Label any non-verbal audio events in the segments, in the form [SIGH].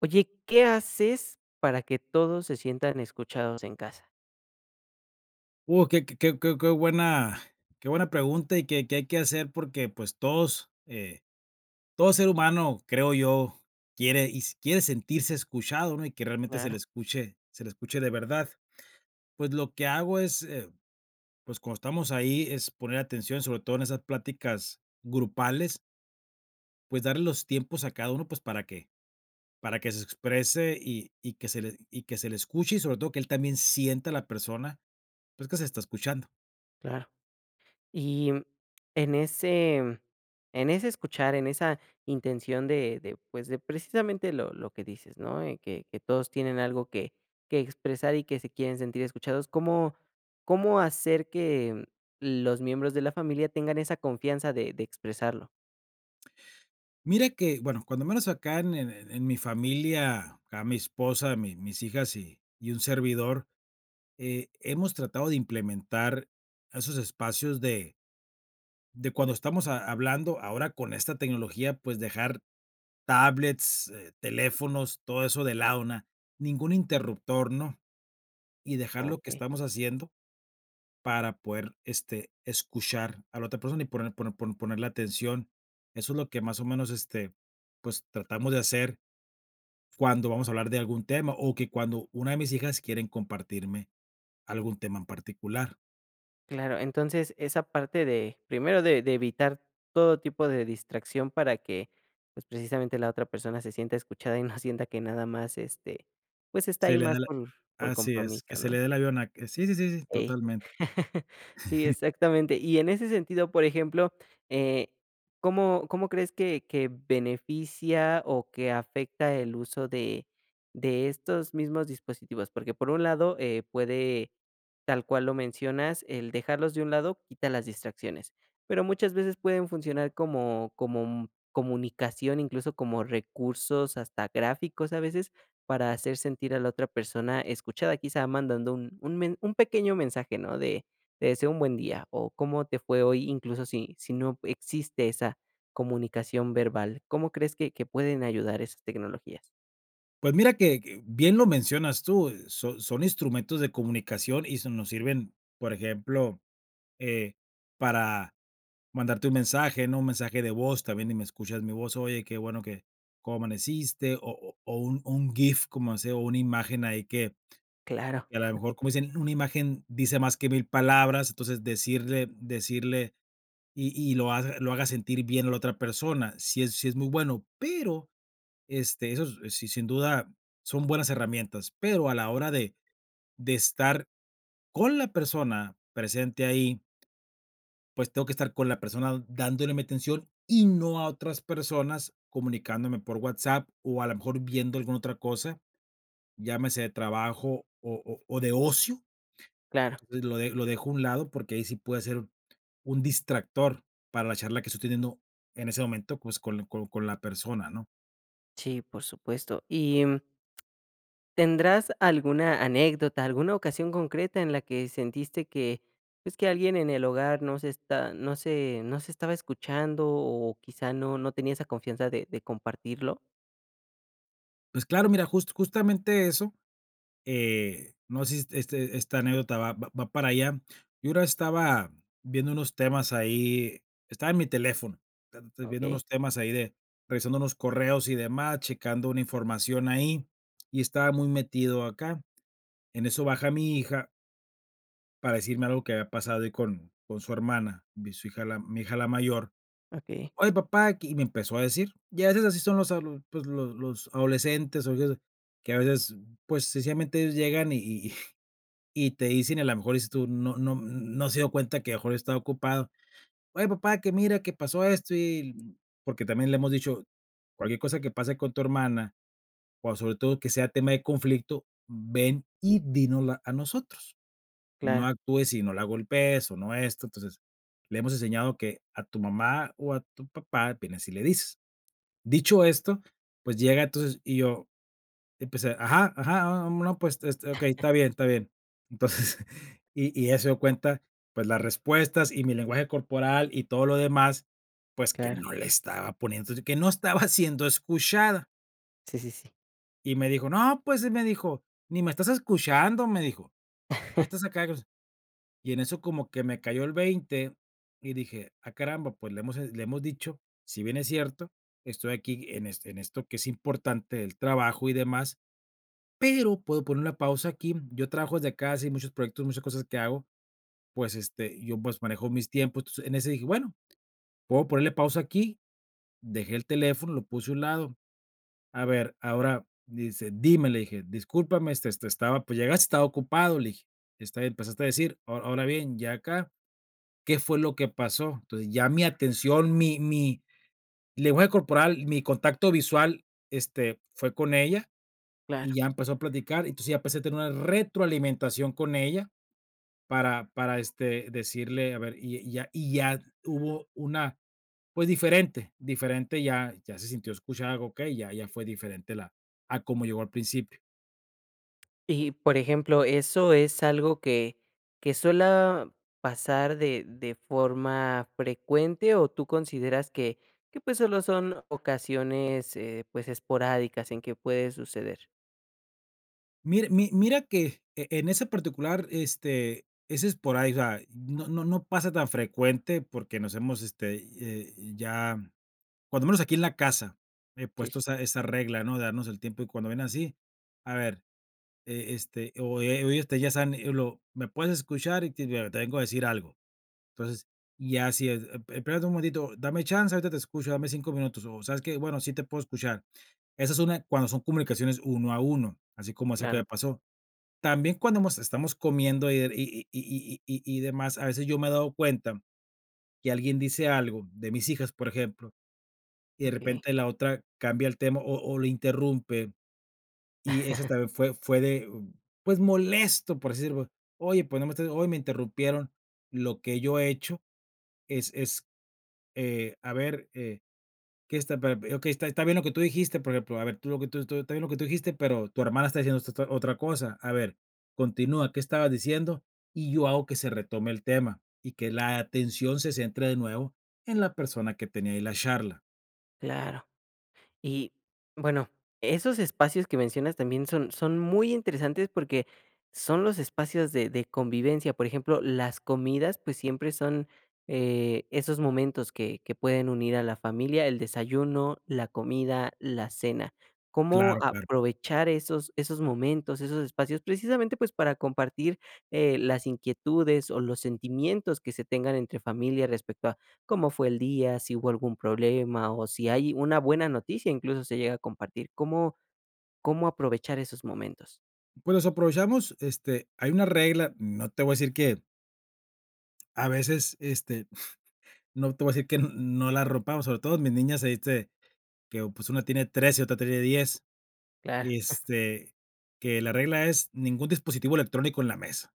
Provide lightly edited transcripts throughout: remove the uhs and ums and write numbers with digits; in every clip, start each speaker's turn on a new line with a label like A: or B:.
A: Oye, ¿qué haces para que todos se sientan escuchados en casa?
B: Uh, qué qué qué qué qué buena qué buena pregunta. Y qué hay que hacer, porque, pues, todo ser humano, creo yo, quiere sentirse escuchado, ¿no? Y que realmente se le
A: Claro,
B: escuche se le escuche de verdad. Pues, lo que hago es, pues, cuando estamos ahí, es poner atención, sobre todo en esas pláticas grupales, pues, darle los tiempos a cada uno, pues, para que se exprese y que se le escuche, y sobre todo que él también sienta a la persona, pues, que se está escuchando.
A: claro. Y en ese en ese escuchar, en esa intención de, pues, de precisamente lo que dices, ¿no? Que todos tienen algo que expresar y que se quieren sentir escuchados, ¿cómo cómo hacer que los miembros de la familia tengan esa confianza de expresarlo?
B: Mira que, bueno, cuando menos acá en mi familia, acá mi esposa, mi mis hijas y un servidor, hemos tratado de implementar esos espacios de cuando estamos ha hablando ahora con esta tecnología, pues, dejar tablets, teléfonos, todo eso de lado, na ningún interruptor, ¿no? Y dejar lo que
A: Okey.
B: estamos haciendo para poder, este, escuchar a la otra persona y ponerle atención. Eso es lo que más o menos, este, pues, tratamos de hacer. Cuando vamos a hablar de algún tema o que cuando una de mis hijas quieren compartirme algún tema en particular.
A: Claro, entonces esa parte de, primero de evitar todo tipo de distracción para que, pues precisamente la otra persona se sienta escuchada y no sienta que nada más, este, pues está
B: Se
A: ahí
B: le da
A: más
B: la
A: por
B: Así es, que
A: compromiso,
B: se
A: ¿no?
B: le dé el avión a que sí, sí, sí, sí,
A: Ey.
B: totalmente.
A: [LAUGHS] Sí, exactamente. Y en ese sentido, por ejemplo, eh, ¿cómo cómo crees que beneficia o que afecta el uso de estos mismos dispositivos? Porque por un lado, puede, tal cual lo mencionas, el dejarlos de un lado quita las distracciones, pero muchas veces pueden funcionar como comunicación, incluso como recursos, hasta gráficos a veces, para hacer sentir a la otra persona escuchada, quizá mandando un pequeño mensaje, ¿no? De te deseo un buen día, o cómo te fue hoy, incluso si no existe esa comunicación verbal. ¿Cómo crees que pueden ayudar esas tecnologías?
B: Pues mira que bien lo mencionas tú, son instrumentos de comunicación y nos sirven, por ejemplo, eh, para mandarte un mensaje, ¿no? Un mensaje de voz también y me escuchas mi voz, oye, qué bueno que cómo amaneciste, o un gif, como hace, o una imagen ahí que
A: Claro,
B: que a lo mejor, como dicen, una imagen dice más que mil palabras. Entonces, decirle y lo haga sentir bien a la otra persona. Sí es muy bueno, pero, este, eso es, sí, sin duda son buenas herramientas, pero a la hora de estar con la persona presente ahí, pues, tengo que estar con la persona dándole mi atención y no a otras personas comunicándome por WhatsApp o a lo mejor viendo alguna otra cosa, llámese de trabajo o de ocio.
A: claro.
B: Lo dejo a un lado porque ahí sí puede ser un distractor para la charla que estoy teniendo en ese momento, pues, con la persona, ¿no?
A: Sí, por supuesto. Y, mm, ¿tendrás alguna anécdota, alguna ocasión concreta en la que sentiste que, pues, que alguien en el hogar no se estaba escuchando, o quizá no tenía esa confianza de compartirlo?
B: Pues claro, mira, justamente eso. No sé si esta anécdota va para allá. Yo ahora estaba viendo unos temas ahí, estaba en mi teléfono, viendo
A: ¿Ok?
B: unos temas ahí, de revisando unos correos y demás, checando una información ahí, y estaba muy metido acá. En eso baja mi hija para decirme algo que había pasado ahí con su hermana, mi hija la mayor.
A: Okey,
B: "Oye, papá", que y me empezó a decir. Y a veces así son los adolescentes, o que a veces, pues, sencillamente ellos llegan y [LAUGHS] y te dicen, y a lo mejor dices tú: "No, no, no se dio cuenta que a lo mejor estaba ocupado". "Oye, papá, que mira, que pasó esto". Y porque también le hemos dicho: "Cualquier cosa que pase con tu hermana, o sobre todo que sea tema de conflicto, ven y dínosla a nosotros, no
A: claro,
B: actúes y no la golpees o no esto". Entonces, le hemos enseñado que a tu mamá o a tu papá vienes y le dices. Dicho esto, pues llega entonces y yo empecé: "Ajá, ajá, ah, no, pues, okey, está bien, está bien". Entonces, [LAUGHS] y ella se dio cuenta, pues, las respuestas y mi lenguaje corporal y todo lo demás, pues, que
A: claro.
B: no le estaba poniendo, que no estaba siendo escuchada.
A: Sí, sí, sí.
B: Y me dijo: "No, pues", me dijo: "Ni me estás escuchando", me dijo. "Ahí estás
A: [LAUGHS]
B: acá". Y en eso como que me cayó el 20 y dije: "Ah, caramba, pues le hemos dicho, si bien es cierto, estoy aquí en esto que es importante, el trabajo y demás, pero puedo poner una pausa aquí". Yo trabajo desde casa y muchos proyectos, muchas cosas que hago, pues, este, yo, pues, manejo mis tiempos. Entonces, en ese dije: "Bueno, puedo ponerle pausa aquí". Dejé el teléfono, lo puse a un lado. "A ver, ahora", dice: "Dime", le dije: "Discúlpame, estaba, pues, llegaste, estaba ocupado", le dije. "Está bien, empezaste a decir, ahora bien, ya acá, qué fue lo que pasó". Entonces, ya mi atención, mi lenguaje corporal, mi contacto visual, este, fue con ella y
A: Claro.
B: ya empezó a platicar. Entonces, ya empecé a tener una retroalimentación con ella para decirle, a ver, y ya hubo una, pues, diferente, ya se sintió escuchada, okey, ya fue diferente la a cómo llegó al principio.
A: Y, por ejemplo, ¿eso es algo que suela pasar de forma frecuente o tú consideras que, pues, solo son ocasiones, pues, esporádicas en que puede suceder?
B: Mira que en ese particular, este, ese es por ahí, o sea, no, no, no pasa tan frecuente porque nos hemos, ya, cuando menos aquí en la casa, he
A: Sí,
B: puesto
A: sí, sí.
B: esa regla, ¿no? De darnos el tiempo y cuando ven así, a ver, o ellos ya saben, lo me puedes escuchar y te vengo a decir algo. Entonces, ya así es, espérate un momentito, dame chance, ahorita te escucho, dame 5 minutos, o ¿sabes que bueno, sí te puedo escuchar? Esa es una, cuando son comunicaciones uno a uno, así como eso que me
A: Claro,
B: pasó. También cuando mos estamos comiendo y demás, a veces yo me he dado cuenta que alguien dice algo, de mis hijas, por ejemplo, y de
A: okey,
B: repente la otra cambia el tema o lo interrumpe, y eso también fue de, pues, molesto, por así decirlo. Oye, pues, no me estás oye, me interrumpieron. Lo que yo he hecho es a ver, Que está pe pe okey, está bien lo que tú dijiste, por ejemplo. A ver, tú lo que tú tú está bien lo que tú dijiste, pero tu hermana está diciendo esta otra cosa. A ver, continúa, ¿qué estabas diciendo? Y yo hago que se retome el tema y que la atención se centre de nuevo en la persona que tenía ahí la charla.
A: claro. Y bueno, esos espacios que mencionas también son, son muy interesantes porque son los espacios de convivencia. Por ejemplo, las comidas, pues siempre son esos momentos que pueden unir a la familia, el desayuno, la comida, la cena. ¿Cómo
B: Claro, claro.
A: aprovechar esos, esos momentos, esos espacios, precisamente pues para compartir las inquietudes o los sentimientos que se tengan entre familia respecto a cómo fue el día, si hubo algún problema o si hay una buena noticia, incluso se llega a compartir? ¿Cómo cómo aprovechar esos momentos?
B: Pues, nos aprovechamos, este, hay una regla, no te voy a decir que a veces, [LAUGHS] no te voy a decir que no la rompamos, sobre todo mis niñas, este, que, pues, una tiene 13 y otra tiene 10.
A: Claro.
B: Este, que la regla es ningún dispositivo electrónico en la mesa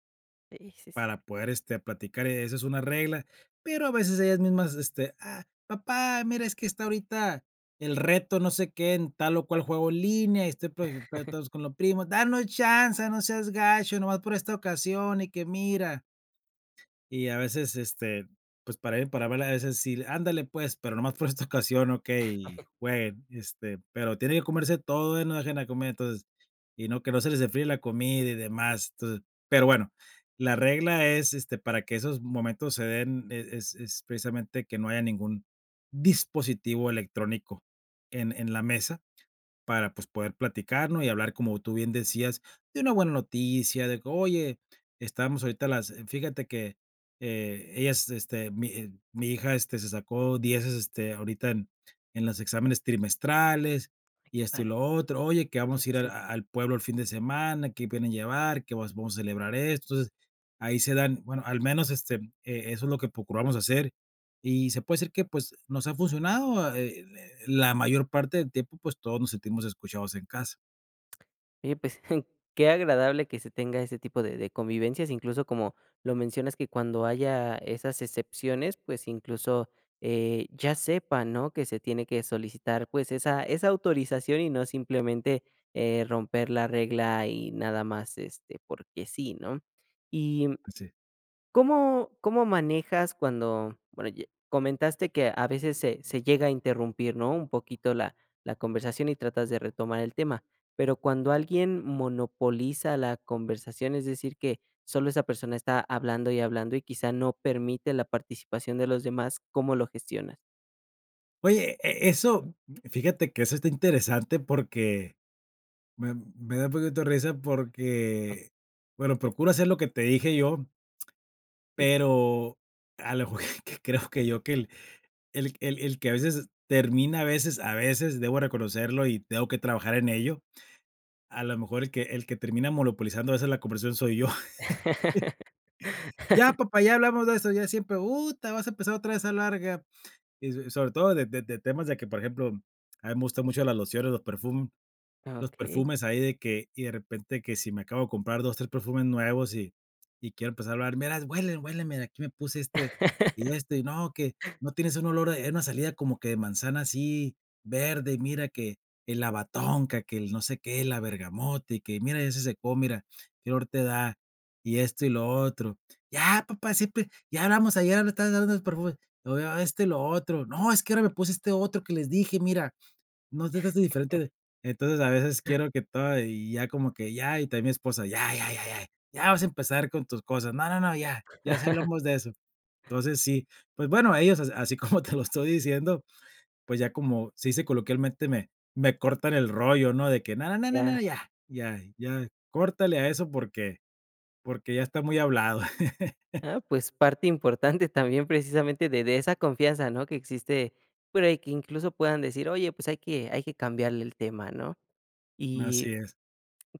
A: Sí, sí, sí.
B: para poder, este, platicar, esa es una regla, pero a veces ellas mismas, este: "Ah, papá, mira, es que está ahorita el reto no sé qué en tal o cual juego en línea y estoy todos con los primos, danos chance, no seas gacho, nomás por esta ocasión y que mira". Y a veces, este, pues, para verla, a veces sí, ándale, pues, pero nomás por esta ocasión, okey, jueguen, este, pero tiene que comerse todo, ¿eh? No dejen a comer, entonces, y no, que no se les enfríe la comida y demás. Entonces, pero bueno, la regla es, este, para que esos momentos se den, es precisamente que no haya ningún dispositivo electrónico en la mesa. Para, pues, poder platicarnos y hablar, como tú bien decías, de una buena noticia, de que: "Oye, estábamos ahorita las fíjate que, ellas, mi hija, este, se sacó dieces, este, ahorita en los exámenes trimestrales,
A: Ay, qué
B: y esto y
A: padre.
B: lo otro. Oye, que
A: Sí,
B: vamos a ir
A: sí, sí.
B: al pueblo el fin de semana, ¿qué vienen a llevar? Que vas vamos a celebrar esto". Entonces, ahí se dan, bueno, al menos, eso es lo que procuramos hacer, y se puede decir que, pues, nos ha funcionado, la mayor parte del tiempo, pues, todos nos sentimos escuchados en casa.
A: Oye, pues, [LAUGHS] qué agradable que se tenga ese tipo de convivencias, incluso como lo mencionas, que cuando haya esas excepciones, pues, incluso, ya sepa, ¿no?, que se tiene que solicitar, pues, esa esa autorización y no simplemente, romper la regla y nada más, este, porque sí, ¿no? Y
B: Sí.
A: ¿cómo cómo manejas cuando, bueno, ye comentaste que a veces se llega a interrumpir, ¿no?, un poquito la la conversación y tratas de retomar el tema, pero cuando alguien monopoliza la conversación, es decir, que solo esa persona está hablando y hablando y quizá no permite la participación de los demás, ¿cómo lo gestionas?
B: Oye, eso, fíjate que eso está interesante porque me da un poquito de risa porque, bueno, procuro hacer lo que te dije yo,
A: Sí.
B: pero a lo mejor [LAUGHS] que creo que yo que el que a veces termina, a veces debo reconocerlo y tengo que trabajar en ello. A lo mejor el que termina monopolizando a veces la conversación soy yo.
A: [LAUGHS]
B: Ya, papá, ya hablamos de eso, ya siempre, te vas a empezar otra vez a larga. Y sobre todo de temas de que, por ejemplo, a mí me gustan mucho las lociones, los perfumes los
A: Okey.
B: perfumes ahí de que y de repente que si me acabo de comprar 2 3 perfumes nuevos y quiero empezar a hablar: "Mira, huele, huele, mira, aquí me puse este y
A: [LAUGHS]
B: este, y no, que no tienes un olor es una salida como que de manzana así verde, y mira que el lavatonca, que el no sé qué, la bergamota, y que mira, ya se secó, mira, qué olor te da, y esto y lo otro". "Ya, papá, siempre ya hablamos ayer, ahora estás dando los perfumes". "Lo este y lo otro". "No, es que ahora me puse este otro que les dije, mira". No te trataste diferente de entonces, a veces quiero que todo y ya como que ya, y también mi esposa: "Ya, ya, ya, ya, ya vas a empezar con tus cosas. No, no, no, ya, ya sí hablamos de eso". Entonces, sí, pues bueno, ellos as así [LAUGHS] como te lo estoy diciendo, pues ya como sí se dice coloquialmente, me cortan el rollo, ¿no? De que: "No, no, no, no, no,
A: Ya.
B: ya, ya, ya, córtale a eso porque ya está muy hablado". [LAUGHS]
A: Ah, pues parte importante también precisamente de esa confianza, ¿no? Que existe por ahí, que incluso puedan decir: "Oye, pues hay que cambiarle el tema", ¿no? Y
B: Así es.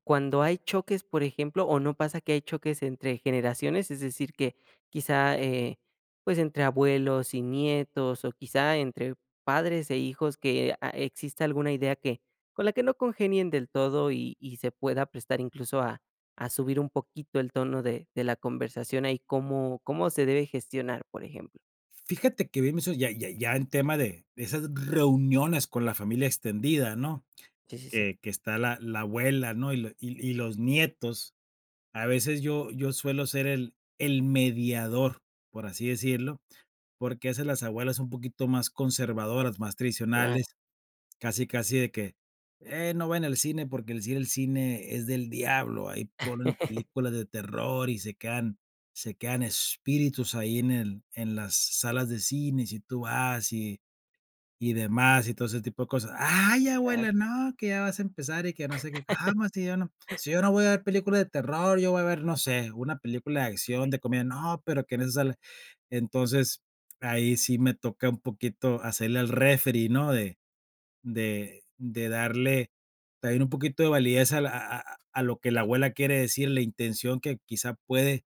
A: cuando hay choques, por ejemplo, o no pasa que hay choques entre generaciones, es decir, que quizá, pues, entre abuelos y nietos, o quizá entre padres e hijos que a exista alguna idea que con la que no congenien del todo y se pueda prestar incluso a subir un poquito el tono de la conversación ahí, ¿cómo cómo se debe gestionar, por ejemplo?
B: Fíjate que bien mencio ya ya ya en tema de esas reuniones con la familia extendida, ¿no?
A: Sí, sí, sí,
B: Que está la abuela, ¿no? Y lo y los nietos. A veces yo suelo ser el mediador, por así decirlo, porque a veces las abuelas un poquito más conservadoras, más
A: claro,
B: tradicionales, casi, casi de que: No vayan al cine porque el cine es del diablo, ahí ponen
A: [LAUGHS]
B: películas de terror y se quedan espíritus ahí en las salas de cine, si tú vas y demás, y todo ese tipo de cosas. "Ay,
A: claro,
B: abuela, no, que ya vas a empezar y que no sé qué". "Cómo si yo no voy a ver películas de terror, yo voy a ver, no sé, una película de acción, de comedia". "No, pero que en eso sale". Entonces, ahí sí me toca un poquito hacerle al referee, ¿no? De darle también un poquito de validez a la a lo que la abuela quiere decir, la intención que quizá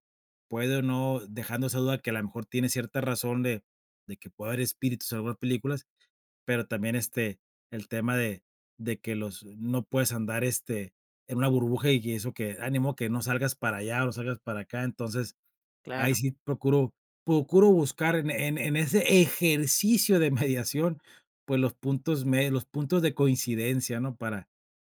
B: puede o no, dejando esa duda que a lo mejor tiene cierta razón de que puede haber espíritus en algunas películas, pero también, el tema de que los no puedes andar, en una burbuja y que eso que ánimo que no salgas para allá o no salgas para acá. Entonces, ahí
A: claro.
B: sí procuro buscar en ese ejercicio de [LAUGHS] mediación, pues, los puntos de coincidencia, ¿no? Para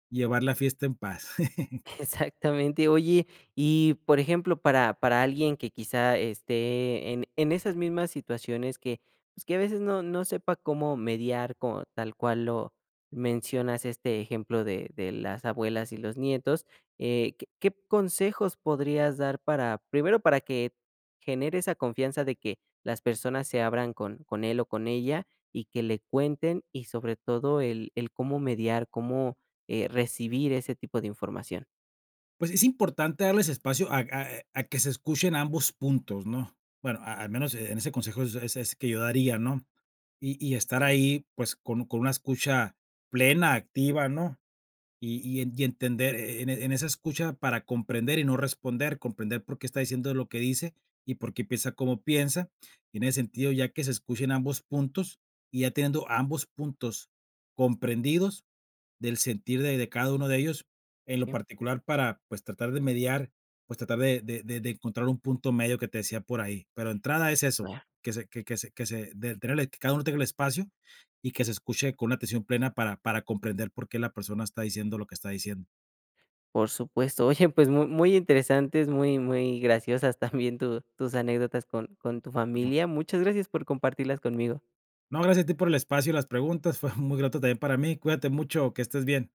B: llevar la fiesta en paz. [LAUGHS]
A: Exactamente. Oye, y por ejemplo, para alguien que quizá esté en esas mismas situaciones que, pues, que a veces no sepa cómo mediar, como tal cual lo mencionas este ejemplo de las abuelas y los nietos, ¿qué qué consejos podrías dar para, primero, para que genere esa confianza de que las personas se abran con él o con ella y que le cuenten? Y sobre todo el cómo mediar, cómo, recibir ese tipo de información.
B: Pues es importante darles espacio a que se escuchen ambos puntos, ¿no? Bueno, a al menos en ese consejo es que yo daría, ¿no? Y estar
A: Sí,
B: ahí, pues, con una escucha plena, activa, ¿no? Y en y entender en esa escucha para comprender y no responder, comprender por qué está diciendo lo que dice y por qué piensa como piensa. Y en ese sentido, ya que se escuchen ambos puntos y ya teniendo ambos puntos comprendidos, del sentir de cada uno de ellos, en lo
A: sí,
B: particular para, pues, tratar de mediar, pues, tratar de encontrar un punto medio que te decía por ahí. Pero entrada es eso,
A: claro,
B: que se de tenerle que cada uno tenga el espacio y que se escuche con una atención plena para comprender por qué la persona está diciendo lo que está diciendo.
A: por supuesto. Oye, pues muy, muy interesantes, muy, muy graciosas también tu- tus anécdotas con tu familia. Muchas gracias por compartirlas conmigo.
B: No, gracias a ti por el espacio y las preguntas, [LAUGHS] fue muy grato también para mí. Cuídate mucho, que estés bien.